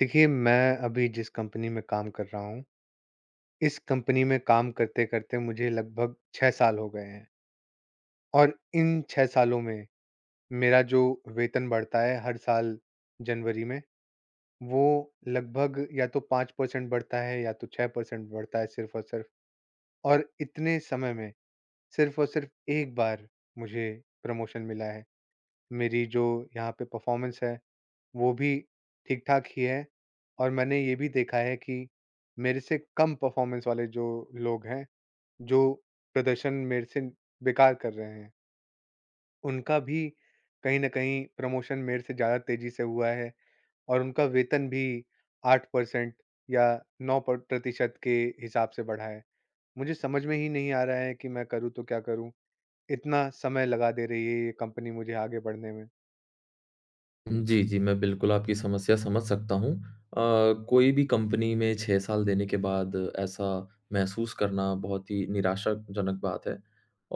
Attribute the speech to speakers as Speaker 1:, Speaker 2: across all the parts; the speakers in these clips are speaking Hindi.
Speaker 1: देखिए, मैं अभी जिस कंपनी में काम कर रहा हूँ, इस कंपनी में काम करते-करते मुझे लगभग 6 साल हो गए हैं और इन 6 सालों में मेरा जो वेतन बढ़ता है हर साल जनवरी में, वो लगभग या तो 5% बढ़ता है या तो 6% बढ़ता है सिर्फ़ और सिर्फ़। और इतने समय में सिर्फ़ और सिर्फ़ एक बार मुझे प्रमोशन मिला है। मेरी जो यहाँ पे परफ़ॉर्मेंस है वो भी ठीक-ठाक ही है और मैंने ये भी देखा है कि मेरे से कम परफ़ॉर्मेंस वाले जो लोग हैं, जो प्रदर्शन मेरे से बेकार कर रहे हैं, उनका भी कहीं न कहीं प्रमोशन मेरे से ज़्यादा तेज़ी से हुआ है और उनका वेतन भी 8% या 9 प्रतिशत के हिसाब से बढ़ा है। मुझे समझ में ही नहीं आ रहा है कि मैं करूँ तो क्या करूँ? इतना समय लगा दे रही है ये कंपनी मुझे आगे बढ़ने में।
Speaker 2: जी, जी, मैं बिल्कुल आपकी समस्या समझ सकता हूँ। कोई भी कंपनी में 6 साल देने के बाद ऐसा महसूस करना बहुत ही निराशाजनक बात है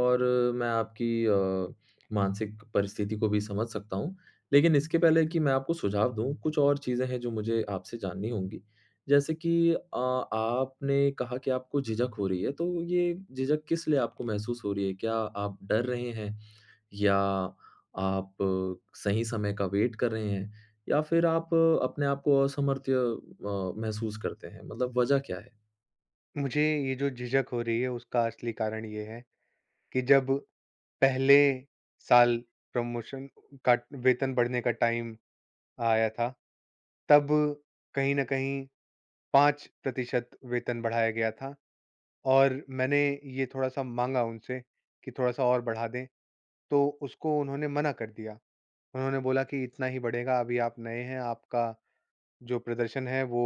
Speaker 2: और मैं आपकी मानसिक परिस्थिति को भी समझ सकता हूँ। लेकिन इसके पहले कि मैं आपको सुझाव दूँ, कुछ और चीज़ें हैं जो मुझे आपसे जाननी होंगी। जैसे कि आपने कहा कि आपको झिझक हो रही है, तो ये झिझक किस लिए आपको महसूस हो रही है? क्या आप डर रहे हैं? या आप सही समय का वेट कर रहे हैं या फिर आप अपने आप को असमर्थ्य महसूस करते हैं मतलब वजह क्या है?
Speaker 1: मुझे ये जो झिझक हो रही है उसका असली कारण ये है कि जब पहले साल प्रमोशन का, वेतन बढ़ने का टाइम आया था, तब कहीं न कहीं 5% वेतन बढ़ाया गया था और मैंने ये थोड़ा-सा माँगा उनसे कि थोड़ा-सा और बढ़ा दें, तो उसको उन्होंने मना कर दिया। उन्होंने बोला कि इतना ही बढ़ेगा, अभी आप नए हैं, आपका जो प्रदर्शन है वो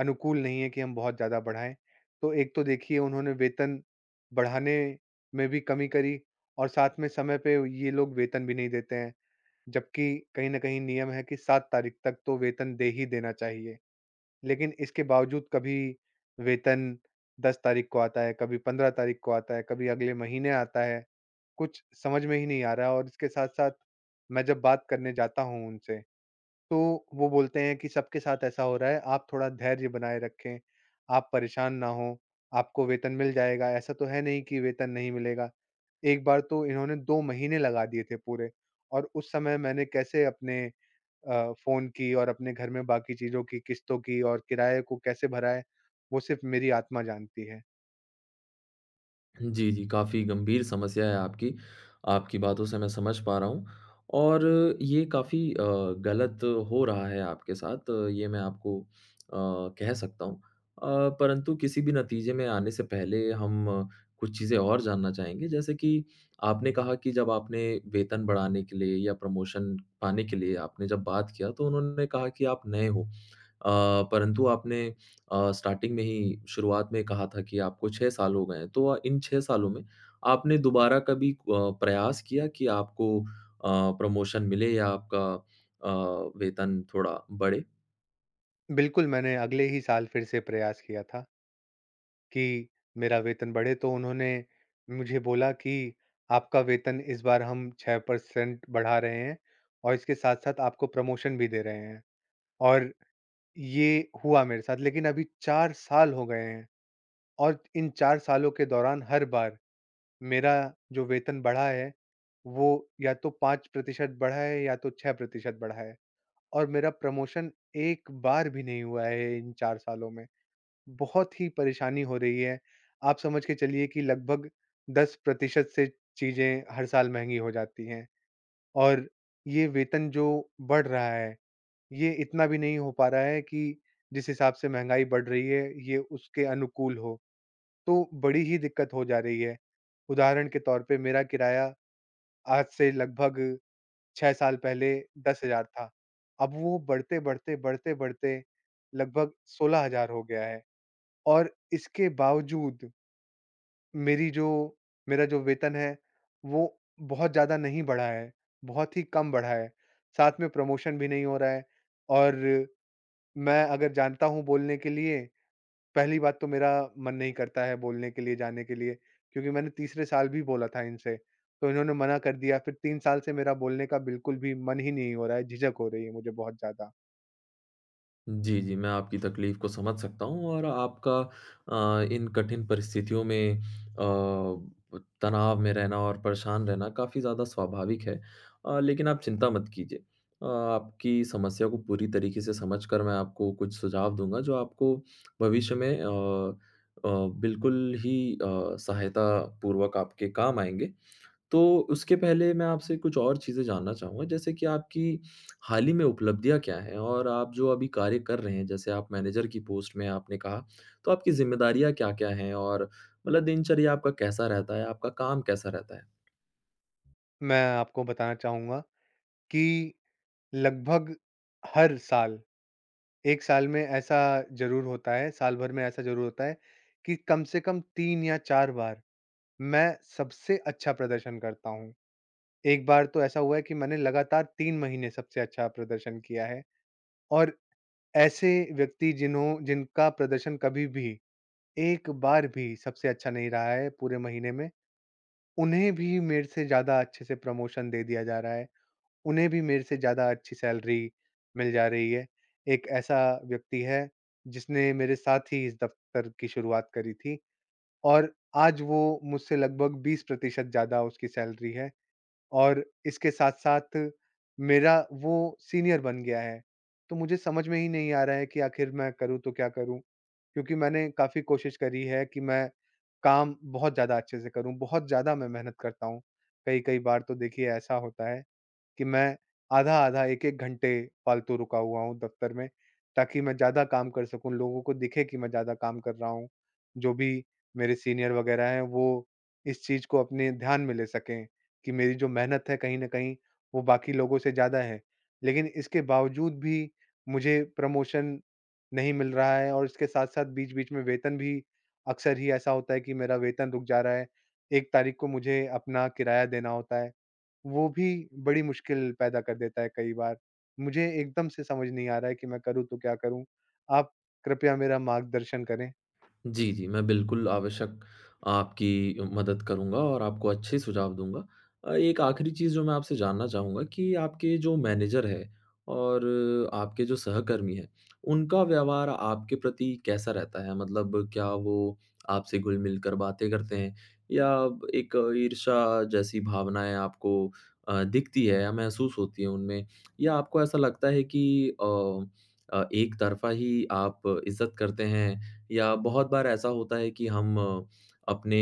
Speaker 1: अनुकूल नहीं है कि हम बहुत ज़्यादा बढ़ाएँ। तो एक तो देखिए उन्होंने वेतन बढ़ाने में भी कमी करी और साथ में समय पे ये लोग वेतन भी नहीं देते हैं। जबकि कहीं न कहीं नियम है कि 7 तारीख तक तो वेतन दे ही देना चाहिए। लेकिन इसके बावजूद कभी वेतन 10 तारीख को आता है, कभी 15 तारीख को आता है, कभी अगले महीने आता है। कुछ समझ में ही नहीं आ रहा है और इसके साथ-साथ मैं जब बात करने जाता हूँ उनसे, तो वो बोलते हैं कि सबके साथ ऐसा हो रहा है, आप थोड़ा धैर्य बनाए रखें, आप परेशान ना हों, आपको वेतन मिल जाएगा, ऐसा तो है नहीं कि वेतन नहीं मिलेगा। एक बार तो इन्होंने 2 महीने लगा दिए थे पूरे और उस समय मैंने कैसे अपने फ़ोन की और अपने घर में बाकी चीज़ों की किस्तों की और किराए को कैसे भरा है, वो सिर्फ़ मेरी आत्मा जानती है।
Speaker 2: जी, जी, काफ़ी गंभीर समस्या है आपकी। आपकी बातों से मैं समझ पा रहा हूँ और ये काफ़ी गलत हो रहा है आपके साथ, ये मैं आपको कह सकता हूँ। परंतु किसी भी नतीजे में आने से पहले हम कुछ चीज़ें और जानना चाहेंगे, जैसे कि आपने कहा कि जब आपने वेतन बढ़ाने के लिए या प्रमोशन पाने के लिए आपने जब बात किया, तो उन्होंने कहा कि आप नए हो। परंतु आपने स्टार्टिंग में ही शुरुआत में कहा था कि आपको 6 साल हो गए हैं, तो इन 6 सालों में आपने दोबारा कभी प्रयास किया कि आपको प्रमोशन मिले या आपका अ, वेतन थोड़ा बढ़े?
Speaker 1: बिल्कुल, मैंने अगले ही साल फिर से प्रयास किया था कि मेरा वेतन बढ़े, तो उन्होंने मुझे बोला कि आपका वेतन इस बार हम 6% बढ़ा रहे हैं और इसके साथ-साथ आपको प्रमोशन भी दे रहे हैं। और ये हुआ मेरे साथ, लेकिन अभी 4 साल हो गए हैं और इन 4 सालों के दौरान हर बार मेरा जो वेतन बढ़ा है, वो या तो 5% बढ़ा है या तो 6% बढ़ा है और मेरा प्रमोशन एक बार भी नहीं हुआ है इन 4 सालों में। बहुत ही परेशानी हो रही है। आप समझ के चलिए कि लगभग 10% से चीज़ें हर साल महँगी हो जाती हैं और ये वेतन जो बढ़ रहा है, ये इतना भी नहीं हो पा रहा है कि जिस हिसाब से महँगाई बढ़ रही है, ये उसके अनुकूल हो। तो बड़ी ही दिक्कत हो जा रही है। उदाहरण के तौर पे मेरा किराया आज से लगभग 6 साल पहले 10,000 था। अब वो बढ़ते-बढ़ते, बढ़ते-बढ़ते लगभग 16,000 हो गया है और इसके बावजूद मेरी जो मेरा जो वेतन है, वो बहुत ज़्यादा नहीं बढ़ा है, बहुत ही कम बढ़ा है। साथ में प्रमोशन भी नहीं हो रहा है और मैं अगर जानता हूँ बोलने के लिए, पहली बात तो मेरा मन नहीं करता है बोलने के लिए, जाने के लिए, क्योंकि मैंने तीसरे साल भी बोला था इनसे, तो इन्होंने मना कर दिया। फिर 3 साल से मेरा बोलने का बिल्कुल भी मन ही नहीं हो रहा है, झिझक हो रही है मुझे बहुत ज़्यादा।
Speaker 2: जी, जी, मैं आपकी तकलीफ़ को समझ सकता हूँ और आपका इन कठिन परिस्थितियों में तनाव में रहना और परेशान रहना काफ़ी ज़्यादा स्वाभाविक है। लेकिन आप चिंता मत कीजिए। आपकी समस्या को पूरी तरीके से समझकर मैं आपको कुछ सुझाव दूँगा जो आपको भविष्य में अ, बिल्कुल ही सहायता पूर्वक आपके काम आएँगे। तो उसके पहले मैं आपसे कुछ और चीज़ें जानना चाहूँगा, जैसे कि आपकी हाल ही में उपलब्धियाँ क्या हैं? और आप जो अभी कार्य कर रहे हैं, जैसे आप मैनेजर की पोस्ट में हैं आपने कहा, तो आपकी ज़िम्मेदारियाँ क्या-क्या हैं? और मतलब दिनचर्या आपका कैसा रहता है? आपका काम कैसा रहता है?
Speaker 1: मैं आपको बताना चाहूँगा कि लगभग हर साल, 1 साल में ऐसा ज़रूर होता है, साल भर में ऐसा ज़रूर होता है कि कम से कम 3 या 4 बार मैं सबसे अच्छा प्रदर्शन करता हूँ। एक बार तो ऐसा हुआ है कि मैंने लगातार 3 महीने सबसे अच्छा प्रदर्शन किया है और ऐसे व्यक्ति जिन्हों जिनका प्रदर्शन कभी भी एक बार भी सबसे अच्छा नहीं रहा है पूरे महीने में, उन्हें भी मेरे से ज़्यादा अच्छे से प्रमोशन दे दिया जा रहा है। उन्हें भी मेरे से ज़्यादा अच्छी सैलरी मिल जा रही है। एक ऐसा व्यक्ति है जिसने मेरे साथ ही इस दफ़्तर की शुरुआत करी थी और आज वो मुझसे लगभग 20% ज़्यादा उसकी सैलरी है और इसके साथ-साथ मेरा वो सीनियर बन गया है। तो मुझे समझ में ही नहीं आ रहा है कि आखिर मैं करूँ तो क्या करूँ? क्योंकि मैंने काफ़ी कोशिश करी है कि मैं काम बहुत ज़्यादा अच्छे से करूँ, बहुत ज़्यादा मैं मेहनत करता हूँ। कई-कई बार तो देखिए ऐसा होता है कि मैं आधा-आधा, एक-एक घंटे फ़ालतू रुका हुआ हूँ दफ़्तर में, ताकि मैं ज़्यादा काम कर सकूँ, लोगों को दिखे कि मैं ज़्यादा काम कर रहा हूँ। जो भी मेरे सीनियर वगैरह हैं, वो इस चीज़ को अपने ध्यान में ले सकें कि मेरी जो मेहनत है, कहीं न कहीं वो बाकी लोगों से ज़्यादा है। लेकिन इसके बावजूद भी मुझे प्रमोशन नहीं मिल रहा है और इसके साथ-साथ बीच-बीच में वेतन भी, अक्सर ही ऐसा होता है कि मेरा वेतन रुक जा रहा है। 1 तारीख को मुझे अपना किराया देना होता है। वो भी बड़ी मुश्किल पैदा कर देता है कई बार। मुझे एकदम से समझ नहीं आ रहा है कि मैं करूँ तो क्या करूँ? आप कृपया मेरा मार्गदर्शन करें।
Speaker 2: जी, जी। मैं बिल्कुल आवश्यक आपकी मदद करूँगा और आपको अच्छे सुझाव दूँगा। एक आखिरी चीज़ जो मैं आपसे जानना चाहूँगा कि आपके जो मैनेजर है और आपके जो सहकर्मी हैं, उनका व्यवहार आपके प्रति कैसा रहता है? मतलब क्या वो आपसे घुल-मिल कर बातें करते हैं या एक ईर्ष्या जैसी भावनाएँ आपको दिखती है या महसूस होती है उनमें? या आपको ऐसा लगता है कि एक तरफ़ा ही आप इज़्ज़त करते हैं या बहुत बार ऐसा होता है कि हम अपने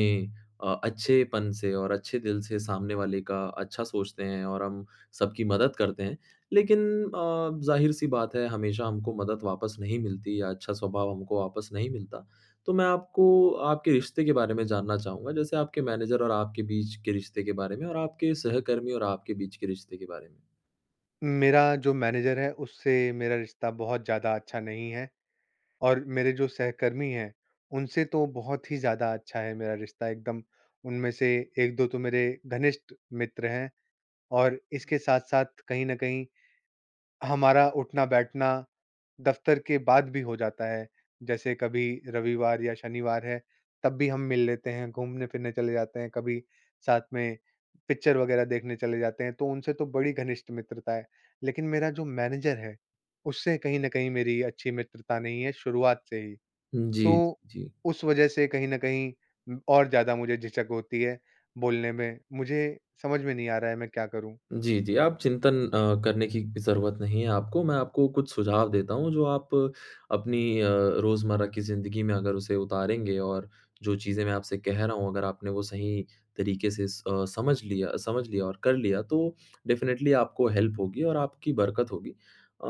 Speaker 2: अच्छेपन से और अच्छे दिल से सामने वाले का अच्छा सोचते हैं और हम सबकी मदद करते हैं। लेकिन ज़ाहिर-सी बात है हमेशा हमको मदद वापस नहीं मिलती या अच्छा स्वभाव हमको वापस नहीं मिलता। तो मैं आपको आपके रिश्ते के बारे में जानना चाहूँगा, जैसे आपके मैनेजर और आपके बीच के रिश्ते के बारे में और आपके सहकर्मी और आपके बीच के रिश्ते के बारे में?
Speaker 1: मेरा जो मैनेजर है उससे मेरा रिश्ता बहुत ज़्यादा अच्छा नहीं है और मेरे जो सहकर्मी हैं, उनसे तो बहुत ही ज़्यादा अच्छा है मेरा रिश्ता एकदम। उनमें से 1-2 तो मेरे घनिष्ठ मित्र हैं और इसके साथ-साथ कहीं न कहीं हमारा उठना-बैठना दफ्तर के बाद भी हो जाता है, जैसे कभी रविवार या शनिवार है, तब भी हम मिल लेते हैं, घूमने-फिरने चले जाते हैं, कभी साथ में पिक्चर वगैरह देखने चले जाते हैं, तो उनसे तो बड़ी घनिष्ठ मित्रता है। लेकिन मेरा जो मैनेजर है, उससे कहीं न कहीं मेरी अच्छी मित्रता नहीं है शुरुआत से ही।
Speaker 2: जी,
Speaker 1: तो
Speaker 2: जी।
Speaker 1: उस वजह से कहीं न कहीं और ज़्यादा मुझे झिझक होती है बोलने में। मुझे समझ में नहीं आ रहा है मैं क्या करूँ?
Speaker 2: जी, जी, आप चिंतन करने की ज़रूरत नहीं है आपको। मैं आपको कुछ सुझाव देता हूँ जो आप अपनी रोज़मर्रा की ज़िंदगी में अगर उसे उतारेंगे और जो चीज़ें मैं आपसे कह रहा हूँ अगर आपने वो सही तरीके से समझ लिया और कर लिया तो डेफ़िनेटली आपको हेल्प होगी और आपकी बरकत होगी।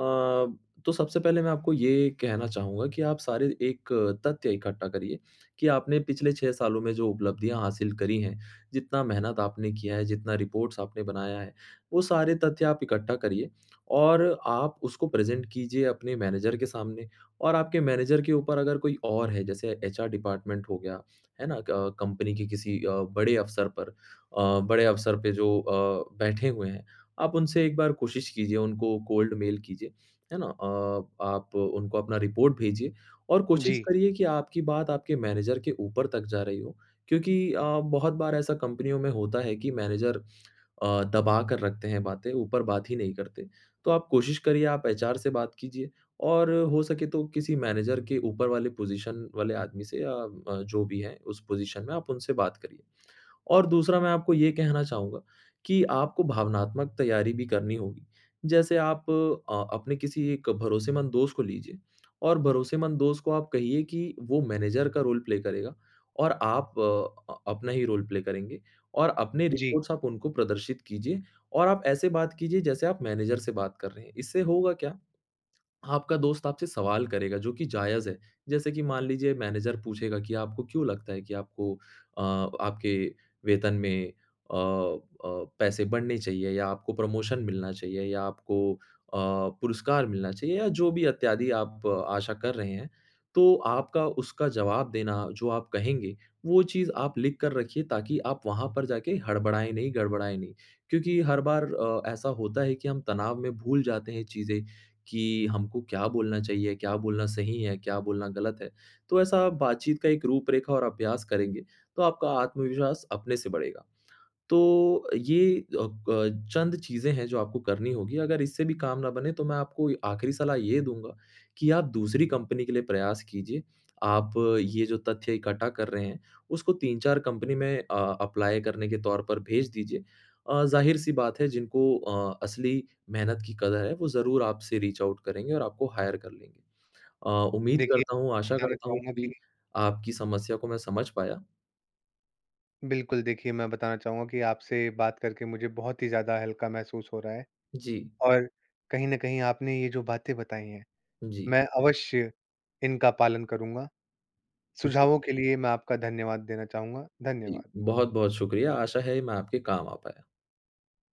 Speaker 2: तो सबसे पहले मैं आपको ये कहना चाहूँगा कि आप सारे एक तथ्य इकट्ठा करिए कि आपने पिछले 6 सालों में जो उपलब्धियाँ हासिल करी हैं, जितना मेहनत आपने किया है, जितना रिपोर्ट्स आपने बनाया है वो सारे तथ्य आप इकट्ठा करिए और आप उसको प्रेज़ेंट कीजिए अपने मैनेजर के सामने और आपके मैनेजर के ऊपर अगर कोई और है, जैसे एचआर डिपार्टमेंट हो गया, है ना? क कंपनी के किसी बड़े अफ़सर पे जो बैठे हुए हैं, आप उनसे एक बार कोशिश कीजिए, उनको कोल्ड मेल कीजिए, है ना? आप उनको अपना रिपोर्ट भेजिए और
Speaker 1: जी,
Speaker 2: कोशिश करिए कि आपकी बात आपके मैनेजर के ऊपर तक जा रही हो, क्योंकि बहुत बार ऐसा कंपनियों में होता है कि मैनेजर दबा कर रखते हैं बातें, ऊपर बात ही नहीं करते। तो आप कोशिश करिए आप एचआर से बात कीजिए और हो सके तो किसी मैनेजर के ऊपर वाले पोज़ीशन वाले आदमी से या जो भी है उस पोज़ीशन में आप उनसे बात करिए। और दूसरा मैं आपको ये कहना चाहूँगा कि आपको भावनात्मक तैयारी भी करनी होगी। जैसे आप अपने किसी एक भरोसेमंद दोस्त को लीजिए और भरोसेमंद दोस्त को आप कहिए कि वो मैनेजर का रोल प्ले करेगा और आप अपना ही रोल प्ले करेंगे और अपने
Speaker 1: जी।
Speaker 2: रिपोर्ट्स आप उनको प्रदर्शित कीजिए और आप ऐसे बात कीजिए जैसे आप मैनेजर से बात कर रहे हैं। इससे होगा क्या आपका दोस्त आपसे सवाल करेगा जो कि जायज़ है। जैसे कि मान लीजिए मैनेजर पूछेगा कि आपको क्यों लगता है कि आपको आपके वेतन में पैसे बढ़ने चाहिए या आपको प्रमोशन मिलना चाहिए या आपको पुरस्कार मिलना चाहिए या जो भी इत्यादि आप आशा कर रहे हैं। तो आपका उसका जवाब देना जो आप कहेंगे, वो चीज़ आप लिख कर रखिए ताकि आप वहाँ पर जाके हड़बड़ाएँ नहीं, गड़बड़ाएँ नहीं। क्योंकि हर बार ऐसा होता है कि हम तनाव में भूल जाते हैं चीज़ें कि हमको क्या बोलना चाहिए, क्या बोलना सही है, क्या बोलना गलत है। तो ऐसा आप बातचीत का एक रूपरेखा और अभ्यास करेंगे, तो आपका आत्मविश्वास अपने से बढ़ेगा। तो ये चंद चीज़ें हैं जो आपको करनी होगी। अगर इससे भी काम ना बने तो मैं आपको आखिरी सलाह ये दूँगा कि आप दूसरी कंपनी के लिए प्रयास कीजिए। आप ये जो तथ्य इकट्ठा कर रहे हैं, उसको 3-4 कंपनी में अप्लाई करने के तौर पर भेज दीजिए। ज़ाहिर-सी बात है जिनको असली मेहनत की कदर है वो ज़रूर आपसे रीच आउट करेंगे और आपको हायर कर लेंगे। अ, उम्मीद
Speaker 1: देखिए,
Speaker 2: करता हूँ, आशा
Speaker 1: बताना
Speaker 2: करता हूँ
Speaker 1: चाहूँगा
Speaker 2: कि
Speaker 1: कि
Speaker 2: आपकी समस्या को मैं समझ पाया।
Speaker 1: बिल्कुल, देखिए मैं बताना चाहूँगा कि आपसे बात करके मुझे बहुत ही ज़्यादा हल्का महसूस हो रहा है
Speaker 2: जी,
Speaker 1: और कहीं न कहीं आपने ये जो बातें बताई हैं,
Speaker 2: जी,
Speaker 1: मैं अवश्य इनका पालन करूँगा।
Speaker 2: जी।
Speaker 1: सुझावों के लिए मैं आपका धन्यवाद देना चाहूँगा।
Speaker 2: जी,
Speaker 1: धन्यवाद।
Speaker 2: बहुत-बहुत शुक्रिया। आशा है मैं आपके काम आ पाया।